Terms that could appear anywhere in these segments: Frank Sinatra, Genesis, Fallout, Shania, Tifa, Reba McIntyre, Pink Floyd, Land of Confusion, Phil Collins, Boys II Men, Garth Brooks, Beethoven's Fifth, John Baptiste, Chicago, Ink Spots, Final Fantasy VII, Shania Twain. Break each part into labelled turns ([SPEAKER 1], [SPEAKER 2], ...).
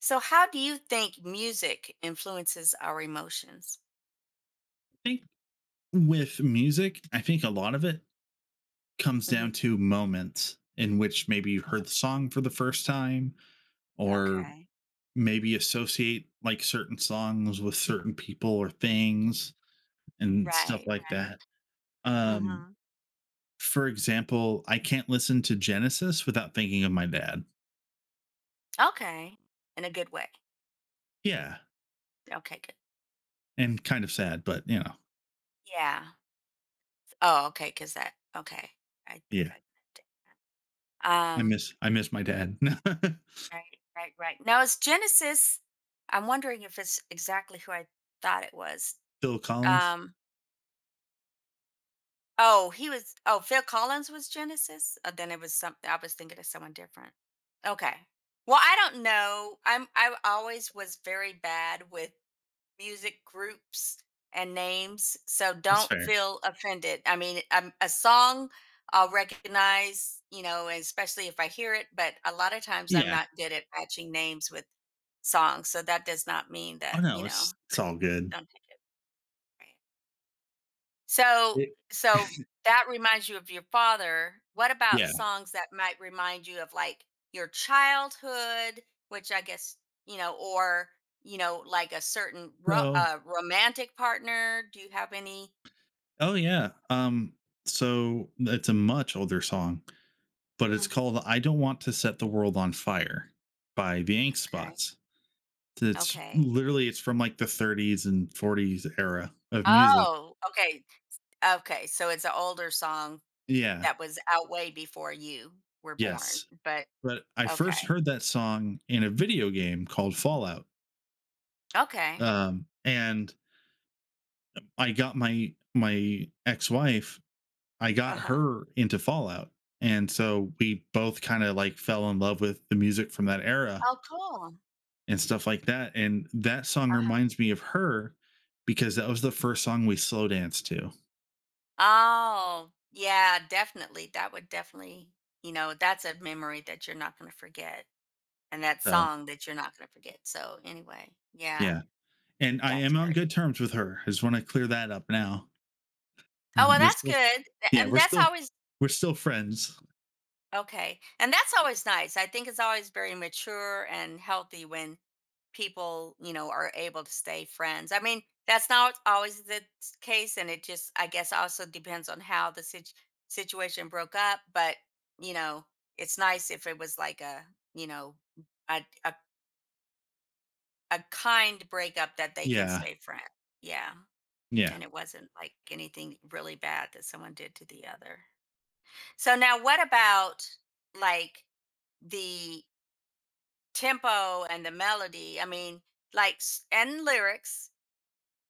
[SPEAKER 1] So, how do you think music influences our emotions?
[SPEAKER 2] I think With music, I think a lot of it comes
[SPEAKER 1] Hmm.
[SPEAKER 2] down to moments in which maybe you heard the
[SPEAKER 1] Okay.
[SPEAKER 2] song for the first time or
[SPEAKER 1] Okay.
[SPEAKER 2] maybe associate like certain songs with certain people or things and stuff
[SPEAKER 1] Right.
[SPEAKER 2] like
[SPEAKER 1] Right.
[SPEAKER 2] that. Um
[SPEAKER 1] Hmm.
[SPEAKER 2] for example, I can't listen to Genesis without thinking of my dad.
[SPEAKER 1] Okay. In a good way.
[SPEAKER 2] Yeah,
[SPEAKER 1] Okay. Good.
[SPEAKER 2] and kind of sad, but
[SPEAKER 1] Yeah. Oh, okay. Because that, okay. I think
[SPEAKER 2] yeah.
[SPEAKER 1] I got
[SPEAKER 2] I
[SPEAKER 1] Um,
[SPEAKER 2] miss I miss my dad.
[SPEAKER 1] right. Right. Right. Now, it's Genesis. I'm wondering if it's exactly who I thought it was.
[SPEAKER 2] Phil Collins.
[SPEAKER 1] Um. Oh, he was Phil Collins was Genesis? Then it was something. I was thinking of someone different. Okay. Well, I don't know. I always was very bad with music groups and names, so
[SPEAKER 2] That's
[SPEAKER 1] don't
[SPEAKER 2] fair.
[SPEAKER 1] feel offended. I mean, a song I'll recognize, you know, and especially if I hear it, but a lot of times I'm
[SPEAKER 2] Yeah.
[SPEAKER 1] not good at matching names with songs, so that does not mean
[SPEAKER 2] Oh
[SPEAKER 1] that,
[SPEAKER 2] no,
[SPEAKER 1] you know,
[SPEAKER 2] it's all good.
[SPEAKER 1] don't take it right. So
[SPEAKER 2] It,
[SPEAKER 1] so that reminds you of your father. What about
[SPEAKER 2] yeah.
[SPEAKER 1] songs that might remind you of like your childhood, which I guess, you know, or, you know, like a certain
[SPEAKER 2] So
[SPEAKER 1] romantic partner? Do you have any?
[SPEAKER 2] oh yeah. So it's a much older song, but it's
[SPEAKER 1] Mhm.
[SPEAKER 2] called I Don't Want to Set the World on Fire by the Ink
[SPEAKER 1] Okay.
[SPEAKER 2] Spots. It's
[SPEAKER 1] Okay.
[SPEAKER 2] literally it's from like the 30s and 40s era of music.
[SPEAKER 1] Oh, okay. Okay. So it's an older song
[SPEAKER 2] Yeah.
[SPEAKER 1] that was out way before you were born,
[SPEAKER 2] Yes.
[SPEAKER 1] but
[SPEAKER 2] But I first
[SPEAKER 1] okay.
[SPEAKER 2] heard that song in a video game called Fallout.
[SPEAKER 1] Okay.
[SPEAKER 2] And I got my ex-wife, I
[SPEAKER 1] Uh
[SPEAKER 2] got
[SPEAKER 1] huh.
[SPEAKER 2] her into Fallout. And so we both kind of like fell in love with the music from that era
[SPEAKER 1] Oh, cool.
[SPEAKER 2] and stuff like that. And that song
[SPEAKER 1] Uh-huh.
[SPEAKER 2] reminds me of her because that was the first song we slow danced to.
[SPEAKER 1] Oh, yeah, definitely. That would definitely, you know, that's a memory that you're not going to forget and that
[SPEAKER 2] So
[SPEAKER 1] song that you're not going to forget. So, anyway, yeah,
[SPEAKER 2] yeah, and I
[SPEAKER 1] that's
[SPEAKER 2] am on
[SPEAKER 1] great.
[SPEAKER 2] good terms with her. I just want to clear that up now.
[SPEAKER 1] Oh,
[SPEAKER 2] Mhm.
[SPEAKER 1] well,
[SPEAKER 2] We're
[SPEAKER 1] that's
[SPEAKER 2] still,
[SPEAKER 1] good.
[SPEAKER 2] yeah,
[SPEAKER 1] And that's always
[SPEAKER 2] we're still friends.
[SPEAKER 1] okay. And that's always nice. I think it's always very mature and healthy when people, you know, are able to stay friends. I mean, that's not always the case. And it just, I guess, also depends on how the situation broke up. But, you know, it's nice if it was like you know, a, a, a kind breakup that they can
[SPEAKER 2] Yeah,
[SPEAKER 1] stay friends. Yeah.
[SPEAKER 2] yeah,
[SPEAKER 1] And it wasn't like anything really bad that someone did to the other. So now what about like the tempo and the melody? I mean, like and lyrics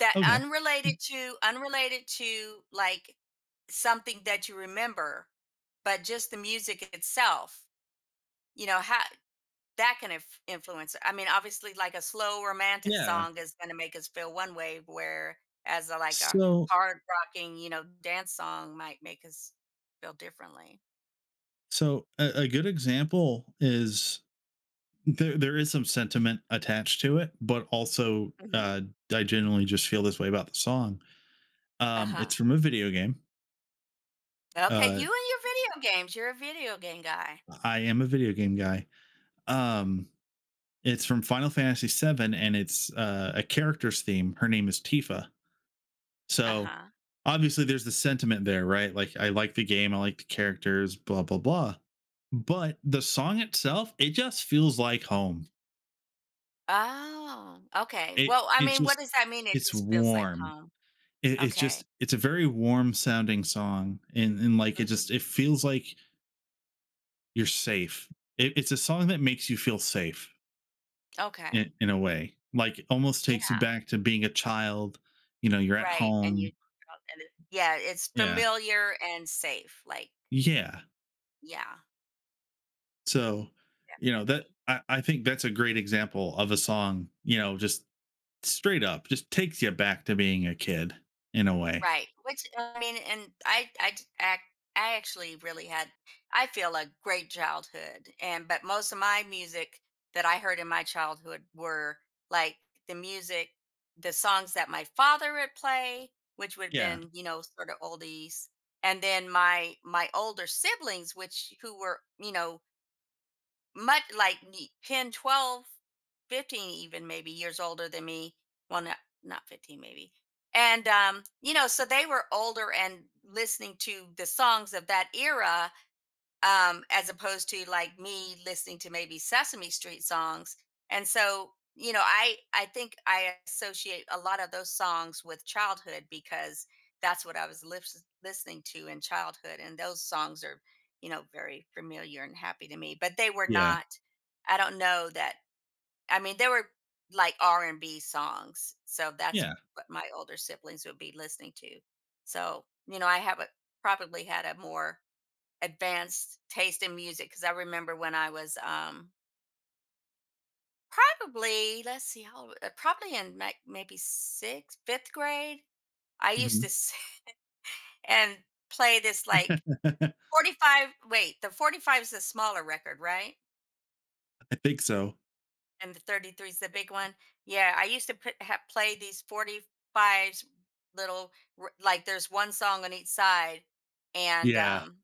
[SPEAKER 1] That
[SPEAKER 2] okay.
[SPEAKER 1] unrelated
[SPEAKER 2] Mm,
[SPEAKER 1] to unrelated to, like, something that you remember, but just the music itself, you know, how that can influence it. I mean, obviously, like, a slow romantic
[SPEAKER 2] yeah.
[SPEAKER 1] song is gonna make us feel one way, whereas a
[SPEAKER 2] So,
[SPEAKER 1] hard rocking, you know, dance song might make us feel differently.
[SPEAKER 2] so a good example is there. There is some sentiment attached to it, but also
[SPEAKER 1] Mhm.
[SPEAKER 2] I generally just feel this way about the song.
[SPEAKER 1] Uh-huh.
[SPEAKER 2] It's from a video game.
[SPEAKER 1] Okay, you and
[SPEAKER 2] Uh,
[SPEAKER 1] your video games, you're a video game guy.
[SPEAKER 2] I am a video game guy. Um, it's from Final Fantasy VII, and it's a character's theme. Her name is Tifa. So
[SPEAKER 1] Uh-huh.
[SPEAKER 2] obviously, there's the sentiment there, right? Like, I like the game, I like the characters, blah blah blah. But the song itself, it just feels like home.
[SPEAKER 1] Oh, okay.
[SPEAKER 2] It
[SPEAKER 1] Well, I
[SPEAKER 2] it's
[SPEAKER 1] mean, what
[SPEAKER 2] just
[SPEAKER 1] does that mean? It
[SPEAKER 2] it's
[SPEAKER 1] just feels like
[SPEAKER 2] warm.
[SPEAKER 1] home.
[SPEAKER 2] It, it's just
[SPEAKER 1] Okay.
[SPEAKER 2] it's a very warm sounding song, and like it
[SPEAKER 1] Mhm.
[SPEAKER 2] just it feels like you're safe. It, it's a song that makes you feel safe.
[SPEAKER 1] Okay.
[SPEAKER 2] In a way. Like almost takes you
[SPEAKER 1] Yeah.
[SPEAKER 2] back to being a child. You know, you're at
[SPEAKER 1] Right. And you
[SPEAKER 2] home.
[SPEAKER 1] and it, yeah, it's
[SPEAKER 2] Yeah.
[SPEAKER 1] familiar and safe. Like,
[SPEAKER 2] Yeah.
[SPEAKER 1] yeah,
[SPEAKER 2] So, you know, that
[SPEAKER 1] definitely.
[SPEAKER 2] I think that's a great example of a song, you know, just straight up, just takes you back to being a kid in a way.
[SPEAKER 1] Right. Which I mean, and I d- ac- I actually really had I feel a great childhood. And but most of my music that I heard in my childhood were like the music, the songs that my father would play, which would have
[SPEAKER 2] Yeah.
[SPEAKER 1] been, you know, sort of oldies. And then my older siblings, which who were, you know, much like me, 10, 12, 15, even maybe years older than me. Well, not, not 15 maybe. And, you know, so they were older and listening to the songs of that era as opposed to like me listening to maybe Sesame Street songs. And so, you know, I think I associate a lot of those songs with childhood because that's what I was listening to in childhood, and those songs are, you know, very familiar and happy to me. But they were
[SPEAKER 2] Yeah.
[SPEAKER 1] not. I don't know that. I mean, they were like R&B songs, so that's
[SPEAKER 2] Yeah.
[SPEAKER 1] what my older siblings would be listening to. So, you know, I have a probably had a more advanced taste in music because I remember when I was probably let's see probably in like maybe sixth fifth grade I used
[SPEAKER 2] Mhm.
[SPEAKER 1] to and play this like
[SPEAKER 2] I
[SPEAKER 1] 45, wait, the 45 is the smaller record, right?
[SPEAKER 2] think so.
[SPEAKER 1] And the 33 is the big one. Yeah, I used to put, ha play these 45s little like there's one song on each side and
[SPEAKER 2] Yeah.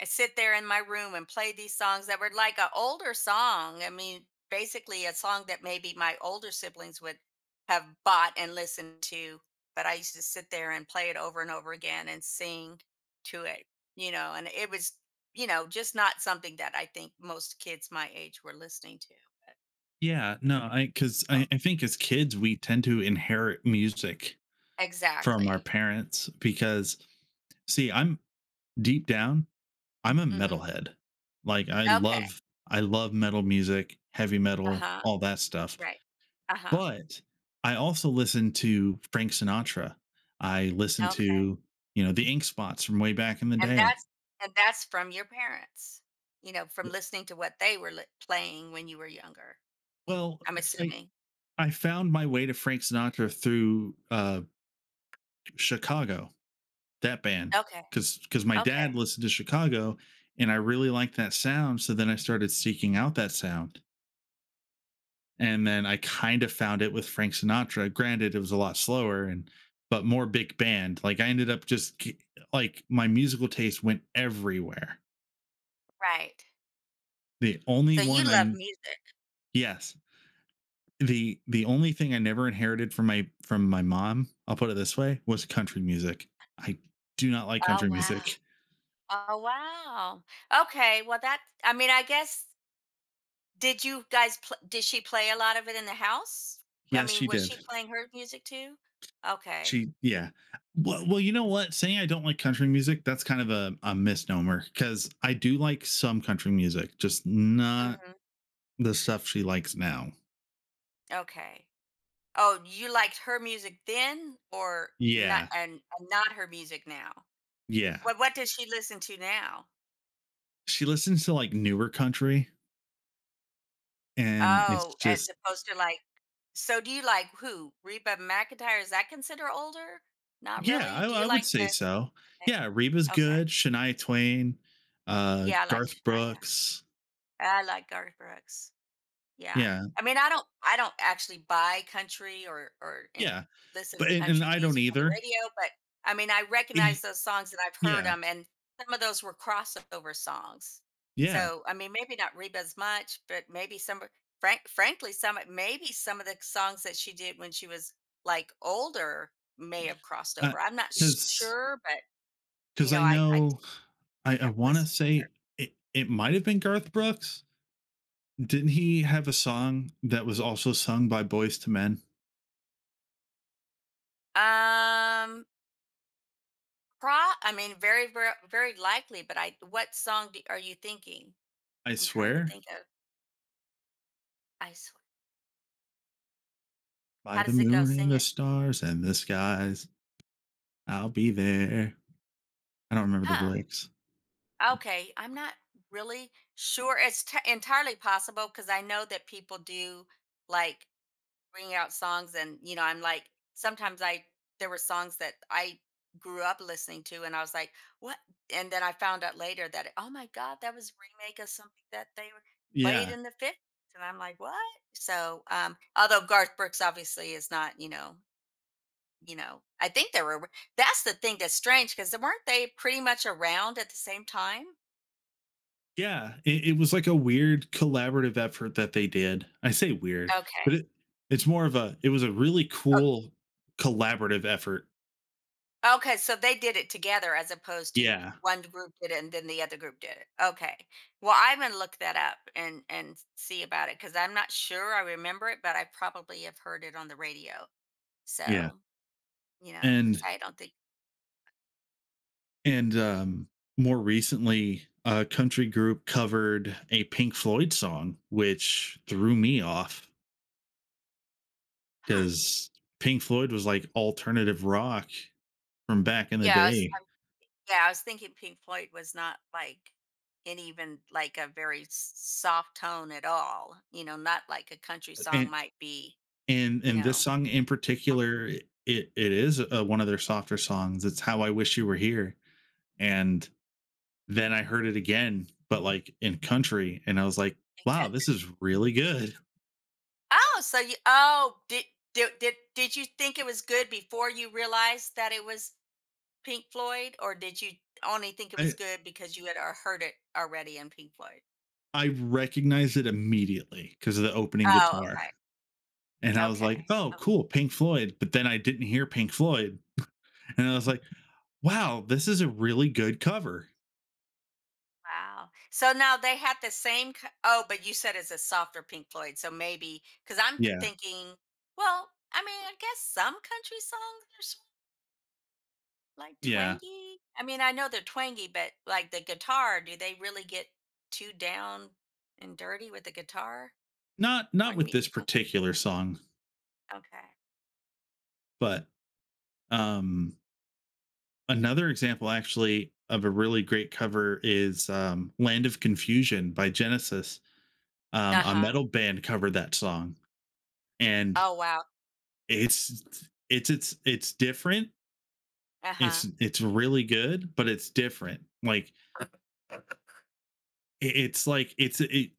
[SPEAKER 1] I sit there in my room and play these songs that were like an older song. I mean, basically a song that maybe my older siblings would have bought and listened to, but I used to sit there and play it over and over again and sing to it, you know, and it was, you know, just not something that I think most kids my age were listening to.
[SPEAKER 2] Yeah. No, I because I think as kids we tend to inherit music from our
[SPEAKER 1] Exactly.
[SPEAKER 2] parents because see, I'm deep down I'm a
[SPEAKER 1] Mhm.
[SPEAKER 2] metalhead. Like, I
[SPEAKER 1] Okay.
[SPEAKER 2] love I love metal music, heavy metal,
[SPEAKER 1] Uh-huh.
[SPEAKER 2] all that stuff,
[SPEAKER 1] Right. Uh-huh.
[SPEAKER 2] but I also listen to Frank Sinatra. I listen
[SPEAKER 1] Okay.
[SPEAKER 2] to, you know, the Ink Spots from way back in the
[SPEAKER 1] And
[SPEAKER 2] day.
[SPEAKER 1] that's and that's from your parents, you know, from listening to what they were li playing when you were younger,
[SPEAKER 2] Well,
[SPEAKER 1] I'm
[SPEAKER 2] I
[SPEAKER 1] assuming.
[SPEAKER 2] I found my way to Frank Sinatra through, Chicago, that band,
[SPEAKER 1] Okay.
[SPEAKER 2] because my dad
[SPEAKER 1] Okay.
[SPEAKER 2] listened to Chicago, and I really liked that sound, so then I started seeking out that sound. And then I kind of found it with Frank Sinatra. Granted, it was a lot slower and but more big band. Like I ended up just like my musical taste went everywhere.
[SPEAKER 1] Right.
[SPEAKER 2] The only
[SPEAKER 1] So you
[SPEAKER 2] one
[SPEAKER 1] love
[SPEAKER 2] I
[SPEAKER 1] music.
[SPEAKER 2] Yes, the only thing I never inherited from my mom, I'll put it this way, was country music. I do not like
[SPEAKER 1] Oh,
[SPEAKER 2] country
[SPEAKER 1] wow.
[SPEAKER 2] music.
[SPEAKER 1] Oh, wow. Okay, well, that I mean, I guess did you guys pl did she play a lot of it in the house? I
[SPEAKER 2] Yes, she
[SPEAKER 1] mean, was
[SPEAKER 2] did.
[SPEAKER 1] she playing her music too? Okay.
[SPEAKER 2] She yeah. Well, well, you know what? Saying I don't like country music, that's kind of a misnomer because I do like some country music, just not
[SPEAKER 1] Mhm.
[SPEAKER 2] the stuff she likes now.
[SPEAKER 1] Okay. Oh, you liked her music then or not
[SPEAKER 2] Yeah.
[SPEAKER 1] and and not her music now?
[SPEAKER 2] Yeah.
[SPEAKER 1] What does she listen to now?
[SPEAKER 2] She listens to like newer country and it's
[SPEAKER 1] Oh, as
[SPEAKER 2] just
[SPEAKER 1] opposed to like so do you like who? Reba McIntyre, is that considered older? Not
[SPEAKER 2] yeah,
[SPEAKER 1] really?
[SPEAKER 2] I,
[SPEAKER 1] Do
[SPEAKER 2] I
[SPEAKER 1] you
[SPEAKER 2] would
[SPEAKER 1] like
[SPEAKER 2] say
[SPEAKER 1] the
[SPEAKER 2] so.
[SPEAKER 1] okay.
[SPEAKER 2] Yeah, Reba's
[SPEAKER 1] Okay.
[SPEAKER 2] good, Shania Twain,
[SPEAKER 1] Yeah, I like
[SPEAKER 2] Garth
[SPEAKER 1] Shania.
[SPEAKER 2] Brooks.
[SPEAKER 1] I like Garth Brooks. Yeah.
[SPEAKER 2] Yeah.
[SPEAKER 1] I mean, I don't actually buy country or
[SPEAKER 2] Yeah.
[SPEAKER 1] listen to
[SPEAKER 2] But and
[SPEAKER 1] country
[SPEAKER 2] I don't
[SPEAKER 1] music on the
[SPEAKER 2] either.
[SPEAKER 1] radio, but I mean, I
[SPEAKER 2] Eh,
[SPEAKER 1] recognize those songs and I've heard
[SPEAKER 2] yeah.
[SPEAKER 1] them and some of those were crossover songs.
[SPEAKER 2] Yeah.
[SPEAKER 1] So, I mean, maybe not Reba as much, but maybe some frankly some maybe some of the songs that she did when she was like older may have crossed
[SPEAKER 2] Uh,
[SPEAKER 1] over. I'm not
[SPEAKER 2] cuz
[SPEAKER 1] sure, but you
[SPEAKER 2] cuz
[SPEAKER 1] know,
[SPEAKER 2] I
[SPEAKER 1] I
[SPEAKER 2] know I,
[SPEAKER 1] like
[SPEAKER 2] I
[SPEAKER 1] I've
[SPEAKER 2] want to
[SPEAKER 1] listened to her.
[SPEAKER 2] say it, it might have been Garth Brooks. Didn't he have a song that was also sung by Boys to Men?
[SPEAKER 1] Um Pro I mean, very, very, very likely, but I what song do are you thinking?
[SPEAKER 2] I
[SPEAKER 1] I'm trying to
[SPEAKER 2] swear
[SPEAKER 1] think of I swear
[SPEAKER 2] by
[SPEAKER 1] how
[SPEAKER 2] the
[SPEAKER 1] does it go?
[SPEAKER 2] moon and
[SPEAKER 1] Sing
[SPEAKER 2] the
[SPEAKER 1] it.
[SPEAKER 2] stars and the skies, I'll be there. I don't remember the
[SPEAKER 1] Huh,
[SPEAKER 2] lyrics. Mm.
[SPEAKER 1] okay, I'm not really sure. It's t entirely possible because I know that people do, like, bring out songs and you know I'm like sometimes I there were songs that I grew up listening to and I was like what, and then I found out later that oh my god that was a remake of something that they were played
[SPEAKER 2] Yeah.
[SPEAKER 1] in the 50s, and I'm like what. So although Garth Brooks obviously is not, you know, you know I think there were that's the thing that's strange because weren't they pretty much around at the same time?
[SPEAKER 2] Yeah, it was like a weird collaborative effort that they did. I say weird,
[SPEAKER 1] Okay.
[SPEAKER 2] but it it's more of a it was a really cool collaborative effort.
[SPEAKER 1] Okay, so they did it together as opposed to
[SPEAKER 2] Yeah,
[SPEAKER 1] one group did it and then the other group did it. Okay. Well, I'm gonna look that up and see about it because I'm not sure I remember it, but I probably have heard it on the radio.
[SPEAKER 2] yeah,
[SPEAKER 1] So you know, because
[SPEAKER 2] and
[SPEAKER 1] I don't think.
[SPEAKER 2] and, um, more recently, a country group covered a Pink Floyd song, which threw me off
[SPEAKER 1] Hmm.
[SPEAKER 2] because Pink Floyd was, like, alternative rock from back in the
[SPEAKER 1] Yeah.
[SPEAKER 2] day,
[SPEAKER 1] Yeah. I was thinking Pink Floyd was not like in even like a very soft tone at all. You know, not like a country song
[SPEAKER 2] and
[SPEAKER 1] might be.
[SPEAKER 2] and
[SPEAKER 1] You
[SPEAKER 2] and this
[SPEAKER 1] know,
[SPEAKER 2] song in particular, it is, one of their softer songs, it's "How I Wish You Were Here," and then I heard it again, but, like, in country, and I was like, "Wow, this is really good."
[SPEAKER 1] oh, so you did did you think it was good before you realized that it was Pink Floyd, or did you only think it was good because you had heard it already in Pink Floyd?
[SPEAKER 2] I recognized it immediately because of the opening
[SPEAKER 1] Oh,
[SPEAKER 2] guitar.
[SPEAKER 1] okay.
[SPEAKER 2] And I was like,
[SPEAKER 1] Okay.
[SPEAKER 2] oh,
[SPEAKER 1] Oh,
[SPEAKER 2] cool, Pink Floyd. But then I didn't hear Pink Floyd. And I was like, wow, this is a really good cover.
[SPEAKER 1] wow. So now they had the same k oh, but you said it's a softer Pink Floyd, so maybe because 'cause I'm
[SPEAKER 2] Yeah.
[SPEAKER 1] thinking, well, I mean, I guess some country songs are like
[SPEAKER 2] Yeah.
[SPEAKER 1] twangy? I mean, I know they're twangy, but like the guitar, do they really get too down and dirty with the guitar
[SPEAKER 2] Not
[SPEAKER 1] on
[SPEAKER 2] with
[SPEAKER 1] me?
[SPEAKER 2] this
[SPEAKER 1] Oh,
[SPEAKER 2] particular song,
[SPEAKER 1] okay.
[SPEAKER 2] but um another example actually of a really great cover is Land of Confusion by Genesis.
[SPEAKER 1] Uh
[SPEAKER 2] A
[SPEAKER 1] huh.
[SPEAKER 2] metal band covered that song and
[SPEAKER 1] Oh wow.
[SPEAKER 2] it's different,
[SPEAKER 1] Uh huh.
[SPEAKER 2] it's really good but it's different, like it's like it's it,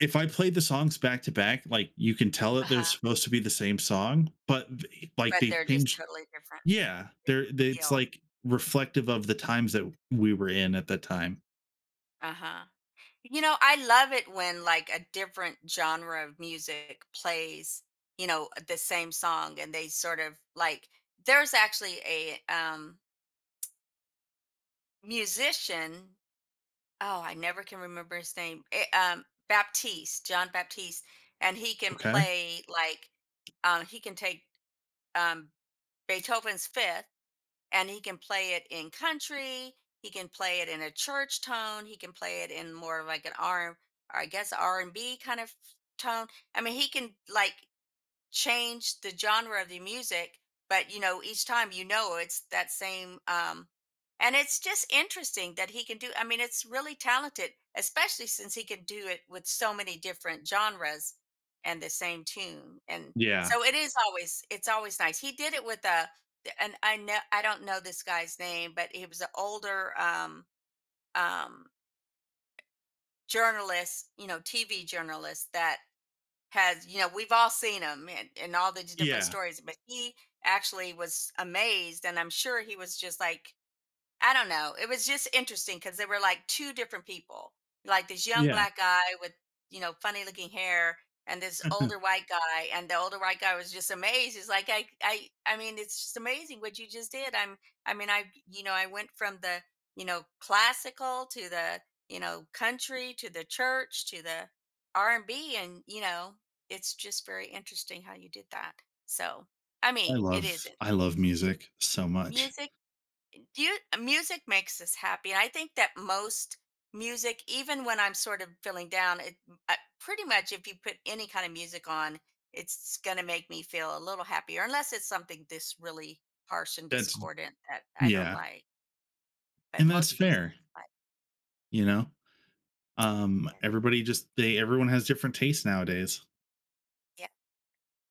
[SPEAKER 2] if I played the songs back to back like you can tell that
[SPEAKER 1] Uh
[SPEAKER 2] they're
[SPEAKER 1] huh.
[SPEAKER 2] supposed to be the same song but like
[SPEAKER 1] But
[SPEAKER 2] they
[SPEAKER 1] they're just
[SPEAKER 2] changed.
[SPEAKER 1] totally different,
[SPEAKER 2] Yeah,
[SPEAKER 1] different
[SPEAKER 2] it's
[SPEAKER 1] feel.
[SPEAKER 2] like reflective of the times that we were in at that time.
[SPEAKER 1] Uh huh. You know, I love it when like a different genre of music plays. You know, the same song, and they sort of like. There's actually a musician, oh, I never can remember his name. Baptiste, John Baptiste, and he can
[SPEAKER 2] Okay.
[SPEAKER 1] play like he can take um, Beethoven's Fifth, and he can play it in country. He can play it in a church tone. He can play it in more of like an R, or I guess R&B kind of tone. I mean, he can like change the genre of the music but you know each time you know it's that same and it's just interesting that he can do, I mean it's really talented, especially since he can do it with so many different genres and the same tune, and
[SPEAKER 2] Yeah.
[SPEAKER 1] so it is always it's always nice. He did it with a and I know I don't know this guy's name, but he was an older um journalist, you know, TV journalist that has, you know, we've all seen him and all these different
[SPEAKER 2] Yeah.
[SPEAKER 1] stories, but he actually was amazed and I'm sure he was just like I don't know. It was just interesting because they were like two different people, like this young
[SPEAKER 2] Yeah.
[SPEAKER 1] black guy with, you know, funny looking hair and this
[SPEAKER 2] i
[SPEAKER 1] older white guy. And the older white guy was just amazed. He's like, I mean, it's just amazing what you just did. I'm, I mean, I, you know, I went from the, you know, classical to the, you know, country to the church to the R&B. And, you know, it's just very interesting how you did that. So, I mean, it
[SPEAKER 2] love
[SPEAKER 1] isn't.
[SPEAKER 2] i love music so much.
[SPEAKER 1] Music you music makes us happy and I think that most music even when I'm sort of feeling down it uh, pretty much if you put any kind of music on it's going to make me feel a little happier unless it's something this really harsh and
[SPEAKER 2] That's
[SPEAKER 1] discordant that I don't
[SPEAKER 2] yeah.
[SPEAKER 1] like but
[SPEAKER 2] And that's
[SPEAKER 1] most music
[SPEAKER 2] fair,
[SPEAKER 1] I-
[SPEAKER 2] you know,
[SPEAKER 1] yeah
[SPEAKER 2] everybody just they everyone has different tastes nowadays.
[SPEAKER 1] yeah.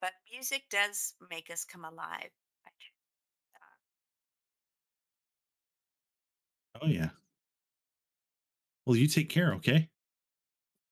[SPEAKER 1] But music does make us come alive I- think.
[SPEAKER 2] Oh yeah. Well, you take care, okay?